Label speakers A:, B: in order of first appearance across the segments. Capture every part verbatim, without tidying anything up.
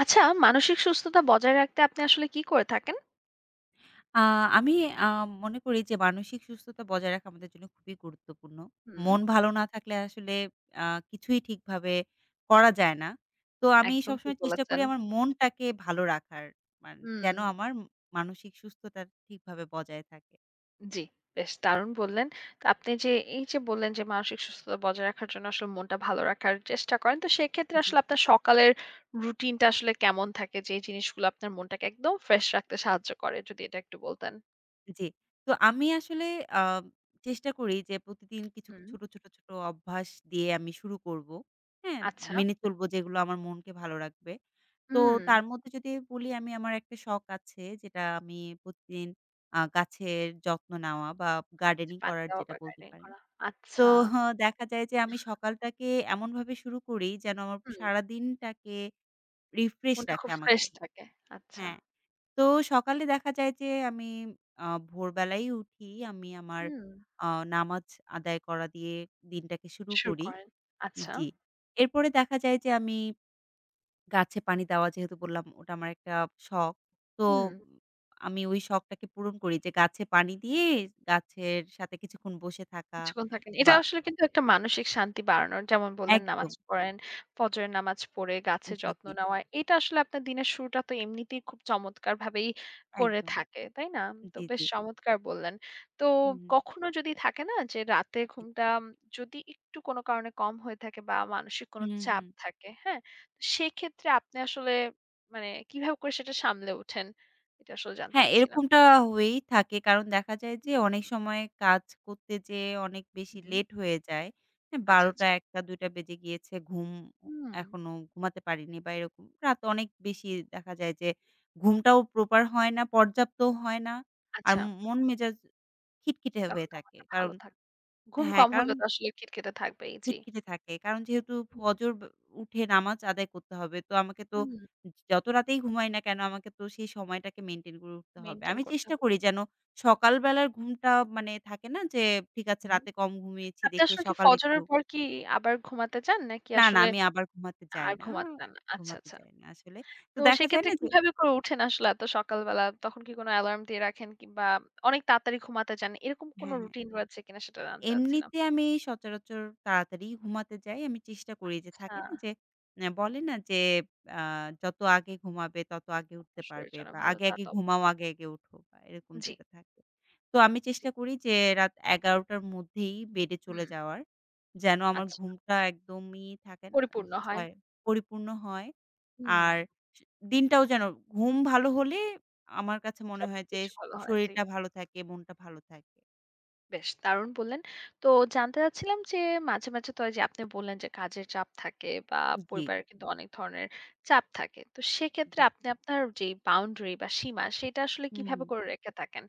A: আচ্ছা, মানসিক সুস্থতা বজায় রাখতে আপনি আসলে কি করে থাকেন?
B: আ আমি আ মনে করি যে মানসিক সুস্থতা বজায় রাখা আমাদের জন্য খুবই গুরুত্বপূর্ণ।
A: হুম,
B: মন ভালো না থাকলে আসলে আ কিছুই ঠিকভাবে করা যায় না। তো আমি
A: একদম ঠিক
B: সবসময় চেষ্টা করি
A: বলেছেন।
B: আমার মনটাকে ভালো রাখার। মান
A: হুম।
B: যেন আমার মানসিক সুস্থতা ঠিকভাবে বজায় থাকে।
A: জি, বেশ দারুণ বললেন। তো আপনি যে এই যে বললেন যে মানসিক সুস্থতা বজায় রাখার জন্য আসলে মনটা ভালো রাখার চেষ্টা করেন। তো সেক্ষেত্রে
B: জি।
A: আসলে আপনার সকালের রুটিনটা আসলে কেমন থাকে? যে এই জিনিসগুলো আপনার মনটাকে একদম ফ্রেশ রাখতে সাহায্য করে? যদি এটা একটু বলতেন।
B: জি। তো আমি আসলে আ চেষ্টা করি যে প্রতিদিন কিছু
A: হুম।
B: ছোট, ছোট, ছোট অভ্যাস দিয়ে আমি শুরু করব। হ্যাঁ?
A: আচ্ছা।
B: মেনে চলব যেগুলো আমার মনকে ভালো রাখবে। তো
A: হুম।
B: তার মধ্যে যদি বলি আমি আমার একটা শখ আছে যেটা আমি প্রতিদিন আ গাছের যত্ন নেওয়া বা
A: আচ্ছা,
B: গার্ডেনিং
A: পানি
B: করার
A: দেওয়া
B: যেটা
A: বা
B: বলতে
A: গার্ডেনিং
B: পারেন।
A: করা।
B: তো
A: আচ্ছা।
B: হ দেখা যায় যে আমি সকালটাকে এমনভাবে শুরু করি যেন আমার
A: হুম।
B: সারাদিনটাকে রিফ্রেশ
A: মনটা
B: রাখে
A: খুব ফ্রেশ
B: আমাকে।
A: থাকে। আচ্ছা।
B: হ্যাঁ, তো সকালে দেখা যায় যে আমি আ ভোরবেলাই উঠি। আমি আমার
A: হুম।
B: আ নামাজ আদায় করা দিয়ে দিনটাকে শুরু
A: শুরু
B: করি।
A: করেন। আচ্ছা।
B: জি। এরপরে দেখা যায় যে আমি গাছে পানি দেওয়া যেহেতু বললাম ওটা আমার একটা শখ। তো
A: হুম।
B: আমি ওই শখটাকে পূরণ করি যে গাছে পানি দিয়ে গাছের সাথে কিছুক্ষণ বসে থাকা
A: কিছুক্ষণ থাকেন। এটা
B: বা
A: আসলে কিন্তু একটা মানসিক শান্তি বাড়ানোর যেমন বললেন
B: একদম।
A: নামাজ পড়েন, ফজরের নামাজ পড়ে গাছের
B: জি,
A: যত্ন
B: জি,
A: নেওয়া। এটা আসলে আপনার দিনের শুরুটা তো এমনিতেই খুব চমৎকারভাবেই করে
B: একদম।
A: থাকে, তাই না? তো
B: জি,
A: বেশ
B: জি।
A: চমৎকার বললেন। তো
B: হুম, হুম।
A: কখনো যদি থাকে না যে রাতে
B: জি।
A: ঘুমটা উম, যদি একটু কোনো কারণে কম হয়ে থাকে বা মানসিক কোনো
B: হুম,
A: চাপ
B: হুম।
A: থাকে, হ্যাঁ? তো সেক্ষেত্রে আপনি আসলে মানে কিভাবে করে সেটা সামলে ওঠেন? এটা আসলে জানতে
B: হ্যাঁ,
A: চাচ্ছিলাম।
B: এরকমটা হয়েই থাকে। কারণ দেখা যায় যে
A: হুম,
B: অনেক সময় কাজ করতে যেয়ে অনেক বেশি
A: হুম।
B: লেট হয়ে যায়। হ্যাঁ,
A: আচ্ছা,
B: বারোটা
A: আচ্ছা।
B: একটা দুইটা বেজে গিয়েছে। ঘুম
A: হুম,
B: এখনো ঘুমাতে পারিনি বা এরকম। রাত অনেক বেশি দেখা যায় যে ঘুমটাও প্রপার হয় না, পর্যাপ্তও হয় না। আর
A: আচ্ছা।
B: মন মেজাজ খিটখিটে
A: তখন
B: হয়ে
A: তো
B: থাকে।
A: মনটা
B: কারণ
A: ভালো থাকবে। ঘুম
B: হ্যাঁ,
A: কম
B: কারণ
A: হলে তো আসলে খিটখিটে থাকবেই, জি।
B: খিটখিটে থাকে। কারণ যেহেতু ফজর ব উঠে নামাজ আদায় করতে হবে। তো আমাকে তো
A: হুম।
B: যত রাতেই ঘুমাই না কেন আমাকে তো সেই সময়টাকে মেইনটেইন করে উঠতে হবে।
A: মেইনটেইন
B: আমি
A: করতে
B: চেষ্টা
A: হবে।
B: করি যেন সকালবেলার ঘুমটা মানে থাকে না যে ঠিক আছে
A: হুম।
B: রাতে কম ঘুমিয়েছি
A: আপনি
B: দেখে
A: আসলে কি
B: সকালে একটু
A: ফজরের পর কি আবার ঘুমাতে যান? নাকি
B: না, না
A: আসলে
B: আমি আবার ঘুমাতে যাই
A: আর
B: না।
A: ঘুমাতে যান না? আচ্ছা,
B: ঘুমাতে
A: আচ্ছা।
B: যাই না আসলে। তো
A: তো
B: দেখা যায়
A: সেক্ষেত্রে
B: না যে
A: কিভাবে করে উঠেন আসলে এত সকালবেলা? তখন কি কোনো অ্যালার্ম দিয়ে রাখেন কিংবা অনেক তাড়াতাড়ি ঘুমাতে যান? এরকম কোনো
B: হ্যাঁ, হ্যাঁ।
A: রুটিন রয়েছে কিনা সেটা জানতে চাচ্ছিলাম।
B: এমনিতে আমি সচরাচর তাড়াতাড়ি ঘুমাতে যাই। আমি চেষ্টা করি যে
A: আচ্ছা,
B: থাকে না যে অ্যা বলে না যে আ যত আগে ঘুমাবে তত আগে উঠতে
A: আপনার শরীরের
B: পারবে
A: জন্য
B: বা
A: ভালো
B: আগে,
A: তা
B: আগে
A: তো
B: ঘুমাও আগে, আগে উঠো বা এরকম
A: জি,
B: যেটা থাকে। তো আমি
A: জি।
B: চেষ্টা করি যে রাত এগারো টার মধ্যেই বেডে
A: হুম,
B: চলে যাওয়ার। যেন আমার
A: আচ্ছা।
B: ঘুমটা একদমই থাকে না
A: পরিপূর্ণ
B: যে
A: হয়।
B: ছয় পরিপূর্ণ হয়।
A: হুম,
B: আর স দিনটাও যেন ঘুম ভালো হলে আমার কাছে মনে হয় যে
A: সবকিছু
B: শ
A: ভালো হয়, জি।
B: শরীরটা ভালো থাকে, মনটা ভালো থাকে।
A: বেশ দারুণ বললেন। তো জানতে চাচ্ছিলাম যে মাঝে, মাঝে তো এইযে আপনি বললেন যে কাজের চাপ থাকে বা
B: জি,
A: পরিবারের কিন্তু অনেক ধরনের চাপ থাকে। তো সেক্ষেত্রে
B: জি।
A: আপনি আপনার যে বাউন্ডারি বা সীমা সেটা আসলে
B: হুম,
A: কিভাবে
B: হুম।
A: করে রেখে থাকেন?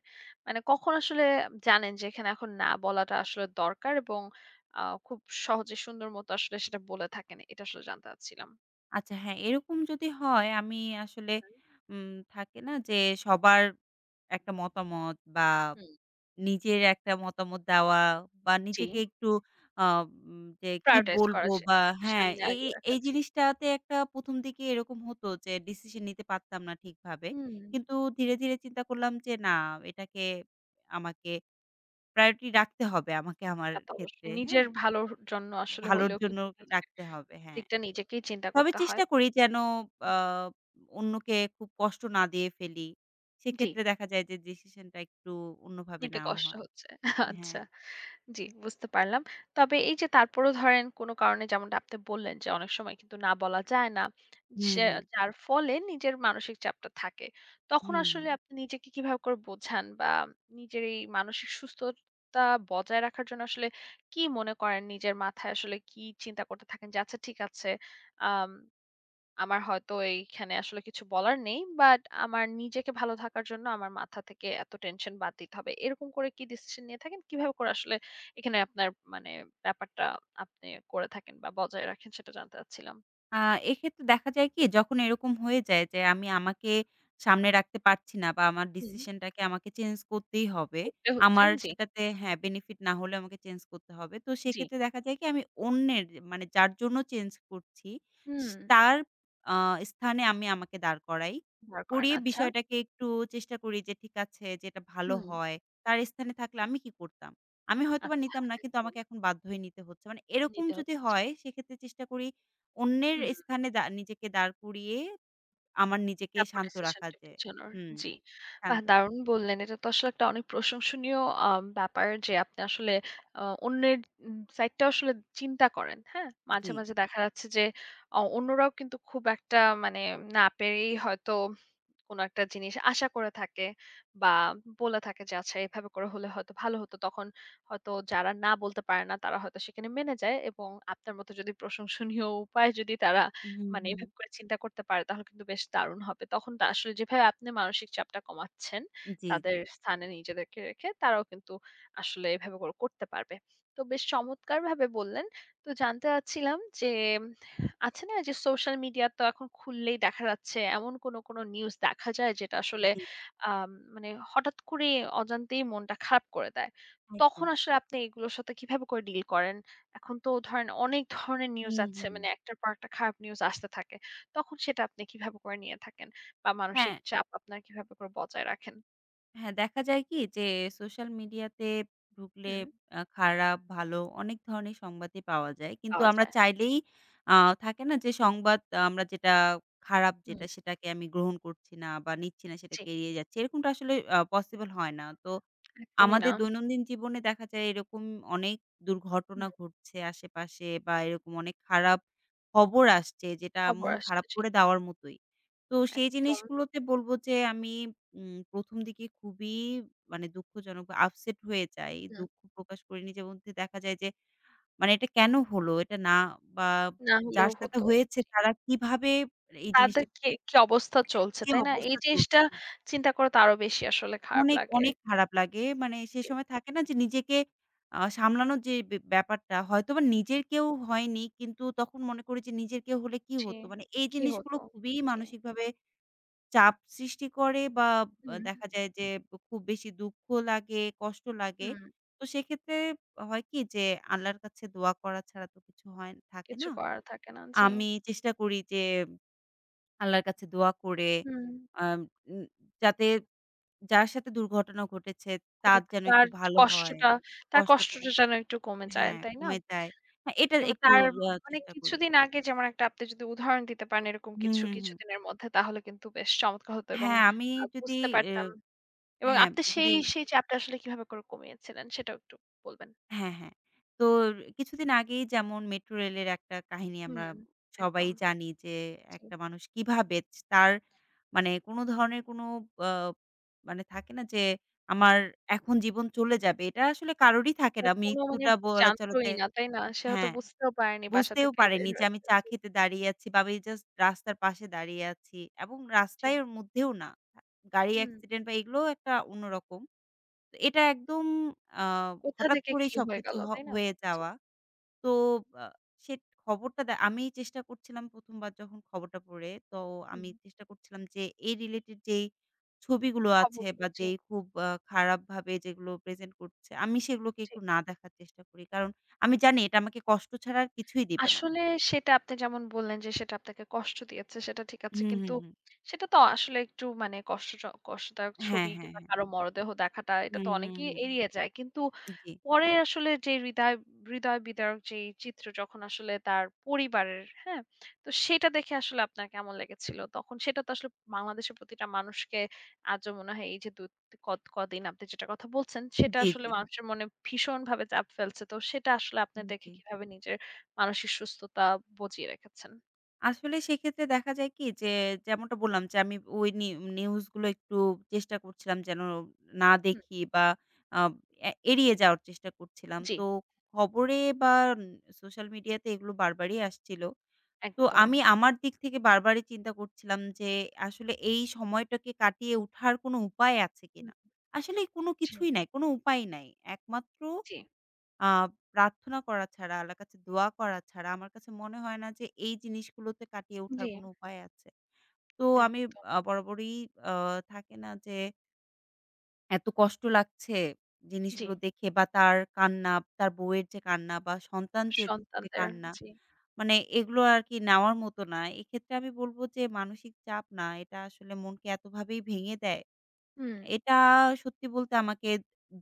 A: মানে কখন আসলে জানেন যে এখানে এখন না বলাটা আসলে দরকার এবং আ খুব সহজে সুন্দর মতো আসলে সেটা বলে থাকেন। এটা আসলে জানতে চাচ্ছিলাম।
B: আচ্ছা হ্যাঁ, এরকম যদি হয় আমি আসলে
A: হুম,
B: উম থাকে না যে সবার একটা মতামত বা
A: হুম,
B: নিজের একটা মতামত দেওয়া বা
A: জি।
B: নিজেকে একটু আ উম যে কি
A: prioritize করা
B: বলবো
A: যায়।
B: বা হ্যাঁ,
A: সামনে
B: এই,
A: আগে
B: এই
A: রাখা
B: এই
A: জি।
B: জিনিসটাতে একটা প্রথম দিকে এরকম হতো যে ডিসিশন নিতে পারতাম না ঠিকভাবে।
A: হুম,
B: কিন্তু ধীরে, ধীরে চিন্তা করলাম যে না এটাকে আমাকে প্রায়োরিটি রাখতে হবে আমাকে আমার
A: তা তো
B: ক্ষেত্রে,
A: অবশ্যই। নিজের
B: হ্যাঁ?
A: ভালোর জন্য আসলে
B: ভালোর
A: হলেও
B: জন্য
A: কিন্তু নিজে
B: রাখতে হবে, হ্যাঁ।
A: দিকটা নিজেকেই চিন্তা
B: তবে
A: করতে হয়।
B: চেষ্টা করি যেন আ অন্যকে খুব কষ্ট না দিয়ে ফেলি।
A: জি,
B: সেক্ষেত্রে দেখা যায় যে ডিসিশনটা একটু অন্যভাবে
A: নিতে
B: নেওয়া
A: কষ্ট
B: হয়।
A: হচ্ছে। আচ্ছা,
B: হ্যাঁ।
A: জি বুঝতে পারলাম। তবে এই যে তারপরেও ধরেন কোনো কারণে যেমনটা আপনি বললেন যে অনেক সময় কিন্তু না বলা যায় না।
B: হুম,
A: সে
B: হুম।
A: যার ফলে নিজের মানসিক চাপটা থাকে। তখন
B: হুম, হুম।
A: আসলে আপনি নিজেকে কিভাবে করে বোঝান বা নিজের এই মানসিক সুস্থতা বজায় রাখার জন্য আসলে কি মনে করেন নিজের মাথায় আসলে কি চিন্তা করতে থাকেন যে আচ্ছা ঠিক আছে আম আমার হয়তো এইখানে আসলে কিছু বলার নেই। বাট আমার নিজেকে ভালো থাকার জন্য আমার মাথা থেকে এত টেনশন বাদ দিতে হবে। এরকম করে কি ডিসিশন নিয়ে থাকেন? কিভাবে করে আসলে এখানে আপনার মানে ব্যাপারটা আপনি করে থাকেন বা বজায় রাখেন সেটা জানতে চাচ্ছিলাম।
B: আ এক্ষেত্রে দেখা যায় কি যখন এরকম হয়ে যায় যে আমি আমাকে সামনে রাখতে পারছি না বা আমার
A: হুম।
B: ডিসিশনটাকে আমাকে চেঞ্জ করতেই হবে।
A: করতে হচ্ছে
B: আমার
A: জি,
B: সেটাতে হ্যাঁ, বেনিফিট না হলেও আমাকে চেঞ্জ করতে হবে। তো
A: জি।
B: সেক্ষেত্রে দেখা যায় কি আমি অন্যের মানে যার জন্য চেঞ্জ করছি স
A: হুম।
B: তার আ স্থানে আমি আমাকে দাঁড় করাই।
A: ব্যবহার করেন
B: করিয়ে
A: আচ্ছা।
B: বিষয়টাকে একটু চেষ্টা করি যে ঠিক আছে যেটা ভালো
A: হুম,
B: হয়। তার স্থানে থাকলে আমি কি করতাম? আমি হয়তোবা
A: আচ্ছা
B: নিতাম না কিন্তু
A: একদম
B: আমাকে এখন বাধ্য হয়ে নিতে হচ্ছে। মানে এরকম
A: নিতে
B: যদি
A: হচ্ছে জি।
B: হয় সেক্ষেত্রে চেষ্টা করি অন্যের
A: হুম।
B: স্থানে দা নিজেকে দাঁড় করিয়ে আমার নিজেকে
A: তারপর
B: শান্ত রাখা
A: ডিসিশনটা
B: যায়।
A: বোঝানোর।
B: হুম,
A: জি। বাহ!
B: শান্ত রাখা।
A: দারুণ বললেন। এটা তো আসলে একটা অনেক প্রশংসনীয় আ ব্যাপার যে আপনি আসলে আ অন্যের উম সাইডটা আসলে চিন্তা করেন। হ্যাঁ? মাঝে,
B: জি।
A: মাঝে দেখা যাচ্ছে যে অ অন্যরাও কিন্তু খুব একটা মানে না পেরেই হয়তো কোনো একটা জিনিস আশা করে থাকে বা বলে থাকে যে আচ্ছা এভাবে করে হলে হয়তো ভালো হতো তখন হয়তো যারা না বলতে পারে না তারা হয়তো সেখানে মেনে যায় এবং আপনার মতো যদি প্রশংসনীয় উপায় যদি তারা
B: হুম,
A: মানে
B: হুম।
A: এভাবে করে চিন্তা করতে পারে তাহলে কিন্তু বেশ দারুণ হবে তখন তা আসলে যেভাবে আপনি মানসিক চাপটা কমাচ্ছেন
B: হুম। জি,
A: তাদের
B: জি,
A: স্থানে নিজেদেরকে রেখে তারাও কিন্তু আসলে এভাবে করে করতে পারবে তো বেশ চমৎকার ভাবে বললেন তো জানতে চাচ্ছিলাম যে আছে না যে সোশ্যাল মিডিয়া তো এখন খুললেই দেখা যাচ্ছে এমন কোনো, কোনো নিউজ দেখা যায় যেটা আসলে
B: জি,
A: আম মানে হঠাৎ করে অজান্তেই মনটা খারাপ করে দেয়।
B: একদম।
A: তখন আসলে আপনি এগুলোর সাথে কিভাবে করে ডিল করেন? এখন তো ধরেন অনেক ধরনের নিউজ
B: হুম,
A: আছে
B: হুম।
A: মানে একটার পর একটা খারাপ নিউজ আসতে থাকে। তখন সেটা আপনি কিভাবে করে নিয়ে থাকেন? বা
B: হ্যাঁ,
A: মানসিক চাপ আপনার কিভাবে করে বজায় রাখেন?
B: হ্যাঁ, দেখা যায় কি যে সোশ্যাল মিডিয়াতে ঢুকলে
A: হুম,
B: আ খারাপ, ভালো অনেক ধরনের সংবাদই পাওয়া যায়। কিন্তু
A: পাওয়া
B: আমরা
A: যায়।
B: চাইলেই আ থাকে না যে সংবাদ আহ, আমরা যেটা খারাপ
A: হুম,
B: যেটা সেটাকে আমি গ্রহণ করছি না বা নিচ্ছি না
A: জি,
B: সেটাকে এড়িয়ে যাচ্ছি। এরকমটা আসলে আ পসিবল হয় না। তো
A: একদমই না।
B: আমাদের দৈনন্দিন জীবনে দেখা যায় এরকম অনেক দুর্ঘটনা
A: হুম,
B: ঘটছে আশেপাশে বা এরকম অনেক খারাপ খবর আসছে যেটা
A: খবর
B: মন
A: আসছে,
B: খারাপ
A: জি।
B: করে দেওয়ার মতোই। তো সেই
A: একদম।
B: জিনিসগুলোতে বলব যে আমি উম প্রথম দিকে খুবই মানে দুঃখজনক বা আপসেট হয়ে যাই।
A: হুম,
B: দুঃখ প্রকাশ করি নিজের মধ্যে দেখা যায় যে মানে এটা কেন হলো? এটা না বা
A: না
B: যার
A: হলেও
B: সাথে
A: হতো।
B: হয়েছে তারা কিভাবে এই জিনিসটা
A: তাদের কি, কি অবস্থা চলছে,
B: কি
A: তাই না? এই
B: অবস্থা চলছে?
A: জিনিসটা চিন্তা করে তো আরো বেশি আসলে খারাপ
B: অনেক,
A: লাগে।
B: অনেক খারাপ লাগে। মানে সে
A: জি,
B: সময় থাকে না যে নিজেকে আ সামলানোর যে বে ব্যাপারটা হয়তোবা নিজের কেউ হয়নি কিন্তু তখন মনে করি যে নিজের কেউ হলে কি
A: জি।
B: হতো? মানে এই
A: কি
B: জিনিসগুলো
A: হতো?
B: খুবই
A: জি।
B: মানসিকভাবে চাপ সৃষ্টি করে বা আ
A: হুম,
B: দেখা যায় যে খুব বেশি দুঃখ লাগে, কষ্ট লাগে।
A: হুম।
B: তো সেক্ষেত্রে হয় কি যে আল্লাহর কাছে দোয়া করা ছাড়া তো কিছু হয় থাকে
A: কিছু
B: না।
A: করার থাকে না। জি।
B: আমি চেষ্টা করি যে আল্লাহর কাছে দোয়া করে
A: হুম।
B: আম উম যাতে যার সাথে দুর্ঘটনা ঘটেছে
A: ওটা
B: তার যেন
A: তার
B: একটু ভালো হয়।
A: কষ্টটা তার
B: কষ্টটুকু
A: কষ্টটা যেন একটু কমে যায়,
B: হ্যাঁ,
A: তাই না?
B: কমে যায়। হ্যাঁ, এটা
A: কিংবা
B: একটু
A: তার
B: আ
A: মানে
B: চেষ্টা করি।
A: কিছুদিন আগে যেমন একটা আপনি যদি উদাহরণ দিতে পারেন এরকম
B: হুম,
A: কিছু
B: হুম, হুম।
A: কিছুদিনের মধ্যে তাহলে কিন্তু বেশ চমৎকার হতো এবং
B: হ্যাঁ, আমি
A: আ
B: যদি
A: বুঝতে
B: এ
A: পারতাম। এবং
B: হ্যাঁ,
A: আপনি
B: যদি
A: সেই সেই চাপটা আসলে কিভাবে করে কমিয়েছিলেন সেটাও একটু বলবেন।
B: হ্যাঁ, হ্যাঁ। তো কিছুদিন আগেই যেমন মেট্রো রেলের একটা কাহিনী
A: হুম,
B: আমরা সবাই
A: একদম।
B: জানি যে
A: জি।
B: একটা মানুষ কিভাবে তার মানে কোনো ধরনের কোনো আ মানে থাকে না যে
A: জি।
B: আমার এখন জীবন চলে যাবে। এটা আসলে কারোরই থাকে না।
A: তার কোনো মানে
B: মৃত্যুটা বলা চলে
A: জানতোই
B: যে
A: না, তাই না? সে হয়তো
B: হ্যাঁ।
A: বুঝতেও পারেনি বাসা
B: বুঝতেও
A: থেকে বের
B: পারেনি যে আমি
A: হয়েছে।
B: চা
A: জি,
B: খেতে দাঁড়িয়ে আছি বা আমি জাস্ট রাস্তার পাশে দাঁড়িয়ে আছি এবং
A: জি।
B: রাস্তায় এর মধ্যেও না। গাড়ি
A: হুম।
B: অ্যাক্সিডেন্ট বা এগুলোও একটা অন্যরকম। তো এটা একদম আ
A: কোথা
B: হঠাৎ
A: থেকে
B: করেই
A: কি হয়ে
B: সবকিছু
A: গেল,
B: হ
A: তাই না?
B: হয়ে
A: জি,
B: যাওয়া। তো আ সে খবরটা দে আমি চেষ্টা করছিলাম প্রথম বার যখন খবরটা পড়ে, তো
A: হুম।
B: আমি চেষ্টা করছিলাম যে এই রিলেটেড যেই ছবিগুলো আছে
A: খবরগুলো
B: বা
A: জি,
B: যেই খুব আ খারাপভাবে যেগুলো প্রেজেন্ট করছে, আমি সেগুলোকে
A: জি।
B: একটু না দেখার চেষ্টা করি। কারণ আমি জানি এটা আমাকে কষ্ট ছাড়া আর কিছুই দিবে না।
A: আসলে সেটা আপনি যেমন বললেন যে সেটা আপনাকে কষ্ট দিয়েছে, সেটা ঠিক আছে।
B: হুম,
A: কিন্তু
B: হুম, হুম।
A: সেটা তো আসলে একটু মানে কষ্টজ কষ্টদায়ক
B: হ্যাঁ,
A: ছবি
B: হ্যাঁ,
A: কিংবা
B: হ্যাঁ।
A: কারো মরদেহ দেখাটা এটা
B: হুম,
A: তো
B: হুম,
A: অনেকেই
B: হুম।
A: এড়িয়ে যায়। কিন্তু
B: জি,
A: পরে আসলে যে হৃদয় হৃদয় বিদারক যেই চিত্র যখন আসলে তার পরিবারের, হ্যাঁ? তো সেটা দেখে আসলে আপনার কেমন লেগেছিল? তখন সেটা তো আসলে বাংলাদেশের প্রতিটা মানুষকে আজও মনে হয় এই যে দু কদ কদিন আপনি যেটার কথা বলছেন, সেটা
B: জি,
A: আসলে
B: জি,
A: হুম। মানুষের মনে ভীষণভাবে চাপ ফেলছে। তো সেটা আসলে আপনি
B: উম
A: দেখে
B: জি।
A: কিভাবে নিজের মানসিক সুস্থতা বজিয়ে রেখেছেন?
B: আসলে সেক্ষেত্রে দেখা যায় কি যে, যেমনটা বললাম যে, আমি ওই নি নিউজগুলো একটু চেষ্টা করছিলাম যেন না
A: হুম,
B: দেখি বা আ এ এড়িয়ে যাওয়ার চেষ্টা করছিলাম।
A: জি,
B: তো খবরে বা সোশ্যাল মিডিয়াতে এগুলো বারবারই আসছিল। তো
A: একদম।
B: আমি আমার দিক থেকে বারবারই চিন্তা করছিলাম যে, আসলে এই সময়টাকে কাটিয়ে উঠার কোনো উপায় আছে
A: হুম,
B: কিনা? আসলে কোনো
A: জি,
B: কিছুই নাই, কোনো উপায় নাই। একমাত্র
A: জি,
B: আ প্রার্থনা করা ছাড়া, আল্লাহর কাছে দোয়া করা ছাড়া আমার কাছে মনে হয় না যে এই জিনিসগুলোতে কাটিয়ে ওঠার
A: জি,
B: কোনো উপায় আছে। তো আমি
A: একদম।
B: আ বরাবরই আ থাকে না যে এত কষ্ট লাগছে
A: জি,
B: জিনিসগুলো দেখে বা তার কান্না, তার বউয়ের যে কান্না বা সন্তান যে যে
A: সন্তানদের
B: কান্না
A: জি,
B: মানে এগুলো আরকি নেওয়ার মতো না। এক্ষেত্রে আমি বলব যে মানসিক চাপ না, এটা আসলে মনকে এতভাবেই ভেঙে দেয়।
A: হুম।
B: এটা সত্যি বলতে আমাকে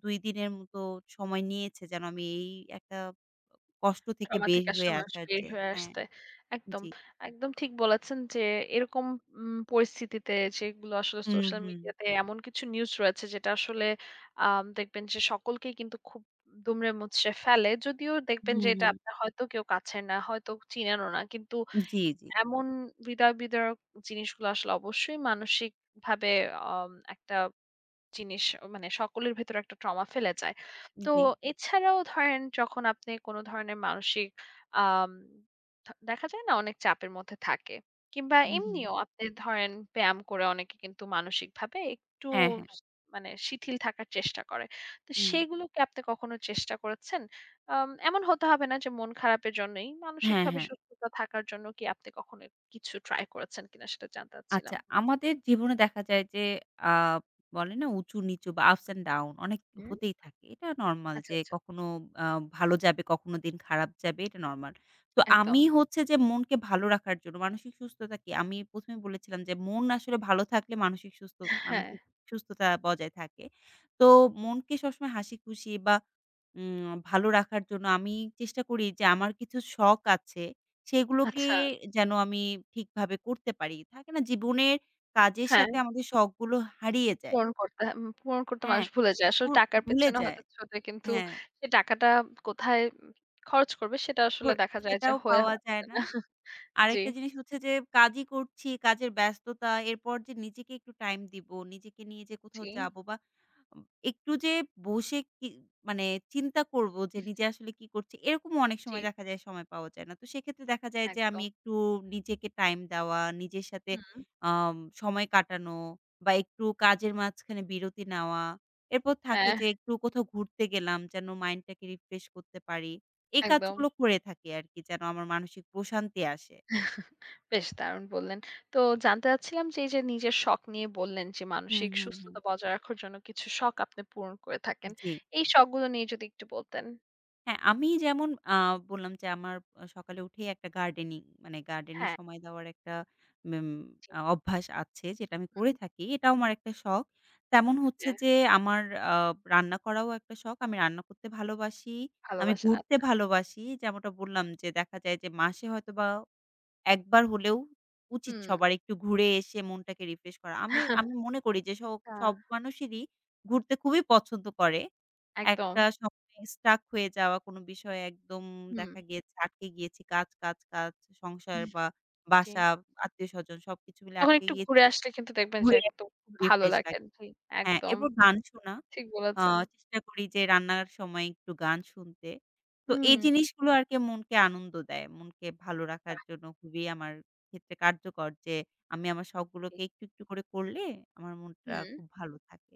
B: দুই দিনের মতো সময় নিয়েছে যেন আমি এই একটা কষ্ট থেকে
A: ট্রমা
B: বের
A: থেকে আসলে
B: হয়ে
A: মানুষ
B: আসার
A: বের
B: যে
A: হয়ে
B: হ্যাঁ,
A: আসতে। একদম,
B: জি।
A: একদম ঠিক বলেছেন যে এরকম উম পরিস্থিতিতে যেগুলো আসলে
B: হুম,
A: সোশ্যাল
B: হুম।
A: মিডিয়াতে এমন কিছু নিউজ রয়েছে যেটা আসলে আম দেখবেন যে সকলকেই কিন্তু খুব দুমড়ে মুচড়ে ফেলে। যদিও দেখবেন
B: হুম,
A: যে এটা
B: হুম।
A: আপনার হয়তো কেউ কাছের না, হয়তো চিনেনও না। কিন্তু
B: জি, জি,
A: এমন হৃদয় বিদারক জিনিসগুলো আসলে অবশ্যই মানসিকভাবে আম একটা জিনিস মানে সকলের ভেতরে একটা ট্রমা ফেলে যায়। তো
B: জি।
A: এছাড়াও ধরেন যখন আপনি কোনো ধরনের মানসিক আম দ দেখা যায় না অনেক চাপের মধ্যে থাকে। কিংবা
B: হুম, হুম।
A: এমনিও আপনি ধরেন ব্যায়াম করে অনেকে কিন্তু মানসিকভাবে একটু
B: হ্যাঁ, হ্যাঁ।
A: স মানে শিথিল থাকার চেষ্টা করে। তো
B: হুম।
A: সেগুলো কি আপনি কখনো চেষ্টা করেছেন? আম এমন হতে হবে না যে মন খারাপের জন্যই,
B: হ্যাঁ,
A: মানসিকভাবে
B: হ্যাঁ।
A: সুস্থতা থাকার জন্য কি আপনি কখনো কিছু ট্রাই করেছেন কিনা সেটা জানতে
B: আচ্ছা,
A: চাচ্ছিলাম?
B: আমাদের জীবনে দেখা যায় যে আ বলে না উঁচু-নিচু বা ups and down অনেক
A: হুম,
B: হতেই থাকে। এটা নরমাল
A: আচ্ছা,
B: যে
A: আচ্ছা।
B: কখনো আ ভালো যাবে, কখনো দিন খারাপ যাবে এটা নরমাল। তো
A: একদম।
B: আমি হচ্ছে যে মনকে ভালো রাখার জন্য মানসিক সুস্থতা কি আমি প্রথমে এ বলেছিলাম যে মন আসলে ভালো থাকলে মানসিক সুস্থ
A: হ্যাঁ,
B: মানসিক সুস্থতা বজায় থাকে। তো মনকে সবসময় হাসি খুশি বা উম ভালো রাখার জন্য আমি চেষ্টা করি যে আমার কিছু শখ আছে, সেগুলোকে
A: আচ্ছা।
B: যেন আমি ঠিকভাবে করতে পারি। থাকে না জীবনের কাজের
A: হ্যাঁ,
B: সাথে আমাদের শখগুলো হারিয়ে যায়।
A: পূরণ করতে হ্যাঁ, উম পূরণ করতে
B: হ্যাঁ,
A: মানুষ ভুলে যায়।
B: উ
A: আসলে টাকার
B: ভুলে
A: পেছনে
B: যায়।
A: হয়তো ছোটে কিন্তু
B: হ্যাঁ,
A: সেই টাকাটা কোথায় উম খরচ করবে সেটা আসলে
B: ঘুর
A: দেখা যায় যে
B: সেটাও
A: হয়ে
B: পাওয়া
A: হয়
B: যায়
A: ওঠে
B: না।
A: না। জি,
B: আরেকটা জিনিস হচ্ছে যে কাজই করছি, কাজের ব্যস্ততা, এরপর যে নিজেকে একটু টাইম দিব, নিজেকে নিয়ে যে
A: জি,
B: কোথাও যাবো বা উম একটু যে বসে কি মানে চিন্তা করব যে নিজে আসলে কি করছি, এরকমও অনেক
A: জি,
B: সময় দেখা যায় সময় পাওয়া যায় না। তো সেক্ষেত্রে দেখা যায় যে আমি
A: একদম।
B: একটু নিজেকে টাইম দেওয়া, নিজের সাথে
A: হুম,
B: আম সময় কাটানো বা একটু কাজের মাঝখানে বিরতি নেওয়া। এরপর থাকে
A: হ্যাঁ,
B: যে একটু কোথাও ঘুরতে গেলাম যেন মাইন্ডটাকে রিফ্রেশ করতে পারি। এই
A: একদম।
B: কাজগুলো করে থাকি আরকি যেন আমার মানসিক প্রশান্তি আসে।
A: বেশ দারুণ বললেন। তো জানতে চাচ্ছিলাম যে এই যে নিজের শখ নিয়ে বললেন যে
B: হুম,
A: মানসিক
B: হুম, হুম।
A: সুস্থতা বজায় রাখার জন্য কিছু শখ আপনি পূরণ করে থাকেন।
B: জি।
A: এই শখগুলো নিয়ে যদি একটু বলতেন।
B: হ্যাঁ, আমি যেমন আ বললাম যে আমার আ সকালে উঠেই একটা গার্ডেনিং মানে গার্ডেনে
A: হ্যাঁ,
B: সময় দেওয়ার একটা উম
A: জি,
B: আ অভ্যাস আছে যেটা আমি করে
A: হুম,
B: থাকি। এটাও আমার একটা শখ। তেমন হচ্ছে
A: হ্যাঁ,
B: যে আমার আ রান্না করাও একটা শখ। আমি রান্না করতে ভালোবাসি। আমি
A: ভালোবাসেন
B: ঘুরতে
A: আচ্ছা।
B: ভালোবাসি। যেমনটা বললাম যে দেখা যায় যে মাসে হয়তোবা একবার হলেও উচিত
A: হুম,
B: সবার একটু ঘুরে এসে মনটাকে রিফ্রেশ করা। আমি আমি মনে করি যে সব
A: আ
B: সব মানুষেরই ঘুরতে খুবই পছন্দ করে।
A: একদম।
B: একটা সময়ে স্টাক হয়ে যাওয়া কোনো বিষয়ে একদম
A: হুম,
B: দেখা গিয়েছে আটকে গিয়েছি। কাজ, কাজ, কাজ, সংসার বা
A: জি।
B: বাসা, আত্মীয়স্বজন সবকিছু মিলে
A: তখন
B: আটকে
A: একটু
B: গিয়েছি।
A: ঘুরে আসলে কিন্তু দেখবেন যে
B: ঘুরে
A: একদম খুব ভালো
B: রিফ্রেশ
A: লাগে।
B: লাগে।
A: জি,
B: হ্যাঁ,
A: একদম
B: এরপর গান শোনা।
A: ঠিক
B: আ
A: বলেছেন।
B: চেষ্টা করি যে রান্নার সময় একটু গান শুনতে। তো
A: হুম,
B: এই জিনিসগুলো আরকি মনকে আনন্দ দেয়। মনকে ভালো রাখার
A: বাহ!
B: জন্য খুবই আমার ক্ষেত্রে কার্যকর যে আমি আমার
A: এই
B: শখগুলোকে একটু, একটু করে করলে আমার মনটা
A: হুম।
B: খুব ভালো থাকে।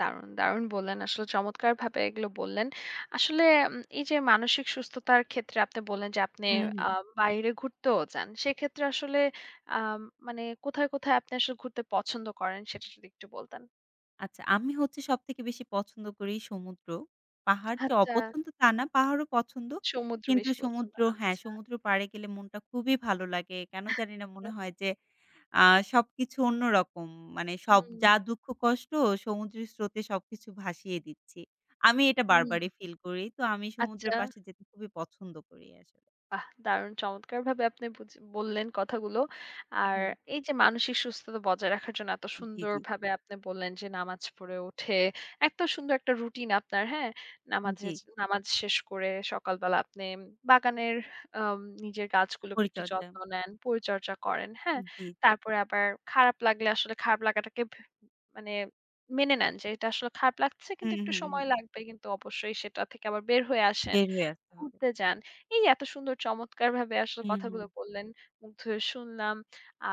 A: দারুণ, দারুণ বললেন। আসলে চমৎকারভাবে এগুলো বললেন। আসলে উম এই যে মানসিক সুস্থতার ক্ষেত্রে আপনি বললেন যে আপনি
B: হুম, হুম।
A: আ বাইরে ঘুরতেও যান। সেক্ষেত্রে আসলে আম মানে কোথায়, কোথায় আপনি আসলে ঘুরতে পছন্দ করেন সেটা যদি একটু বলতেন।
B: আচ্ছা আমি হচ্ছে সবথেকে বেশি পছন্দ করি সমুদ্র। পাহাড় যে
A: আচ্ছা,
B: অপছন্দ তা না, পাহাড়ও পছন্দ।
A: সমুদ্র
B: কিন্তু
A: বেশি পছন্দ।
B: সমুদ্র হ্যাঁ,
A: আচ্ছা।
B: সমুদ্র পাড়ে গেলে মনটা খুবই ভালো লাগে। কেন জানি না মনে হয় যে আ সবকিছু অন্যরকম। মানে সব
A: হুম,
B: যা দুঃখ কষ্ট সমুদ্রের স্রোতে সবকিছু ভাসিয়ে দিচ্ছি। আমি এটা
A: হুম,
B: বারবারই ফিল করি। তো আমি সমুদ্রের
A: আচ্ছা।
B: পাশে যেতে খুবই পছন্দ করি আসলে।
A: বাহ! দারুণ চমৎকারভাবে আপনি বুঝ বললেন কথাগুলো। আর
B: হুম।
A: এই যে মানসিক সুস্থতা বজায় রাখার জন্য এত
B: জি, জি,
A: সুন্দরভাবে আপনি বললেন যে নামাজ পড়ে উঠে এত সুন্দর একটা রুটিন আপনার, হ্যাঁ? নামাজে
B: জি।
A: নামাজ শেষ করে সকালবেলা আপনি বাগানের আম নিজের গাছগুলোকে একটু
B: পরিচর্যা।
A: যত্ন নেন, পরিচর্যা করেন, হ্যাঁ?
B: জি, জি।
A: তারপরে আবার খারাপ লাগলে আসলে খারাপ লাগাটাকে ভে মানে মেনে নেন যে এটা আসলে খারাপ লাগছে কিন্তু
B: হুম,
A: একটু
B: হুম,
A: সময়
B: হুম।
A: লাগবে কিন্তু অবশ্যই সেটা থেকে আবার বের হয়ে আসেন,
B: বের হয়ে আসতে হবে।
A: ঘুরতে যান। এই যে এত সুন্দর চমৎকারভাবে আসলে
B: হুম, হুম।
A: কথাগুলো বললেন, মুগ্ধ হয়ে শুনলাম।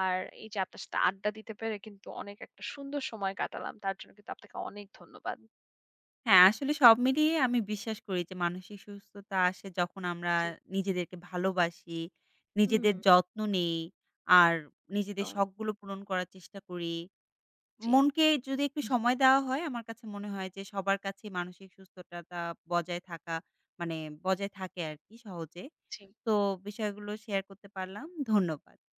A: আর এই যে আপনার সাথে আড্ডা দিতে পেরে কিন্তু অনেক একটা সুন্দর সময় কাটালাম। তার জন্য কিন্তু আপনাকে অনেক ধন্যবাদ।
B: হ্যাঁ, আসলে সব মিলিয়ে আমি বিশ্বাস করি যে মানসিক সুস্থতা আসে যখন আমরা
A: জি।
B: নিজেদেরকে ভালোবাসি,
A: হুম।
B: নিজেদের যত্ন নেই, আর
A: তো
B: নিজেদের শখগুলো পূরণ করার চেষ্টা করি।
A: জি,
B: মনকে যদি একটু সময় দেওয়া হয়, আমার কাছে মনে হয় যে সবার কাছেই মানসিক সুস্থতাটা বজায় থাকা মানে বজায় থাকে আরকি সহজে।
A: জি।
B: তো বিষয়গুলো শেয়ার করতে পারলাম। ধন্যবাদ।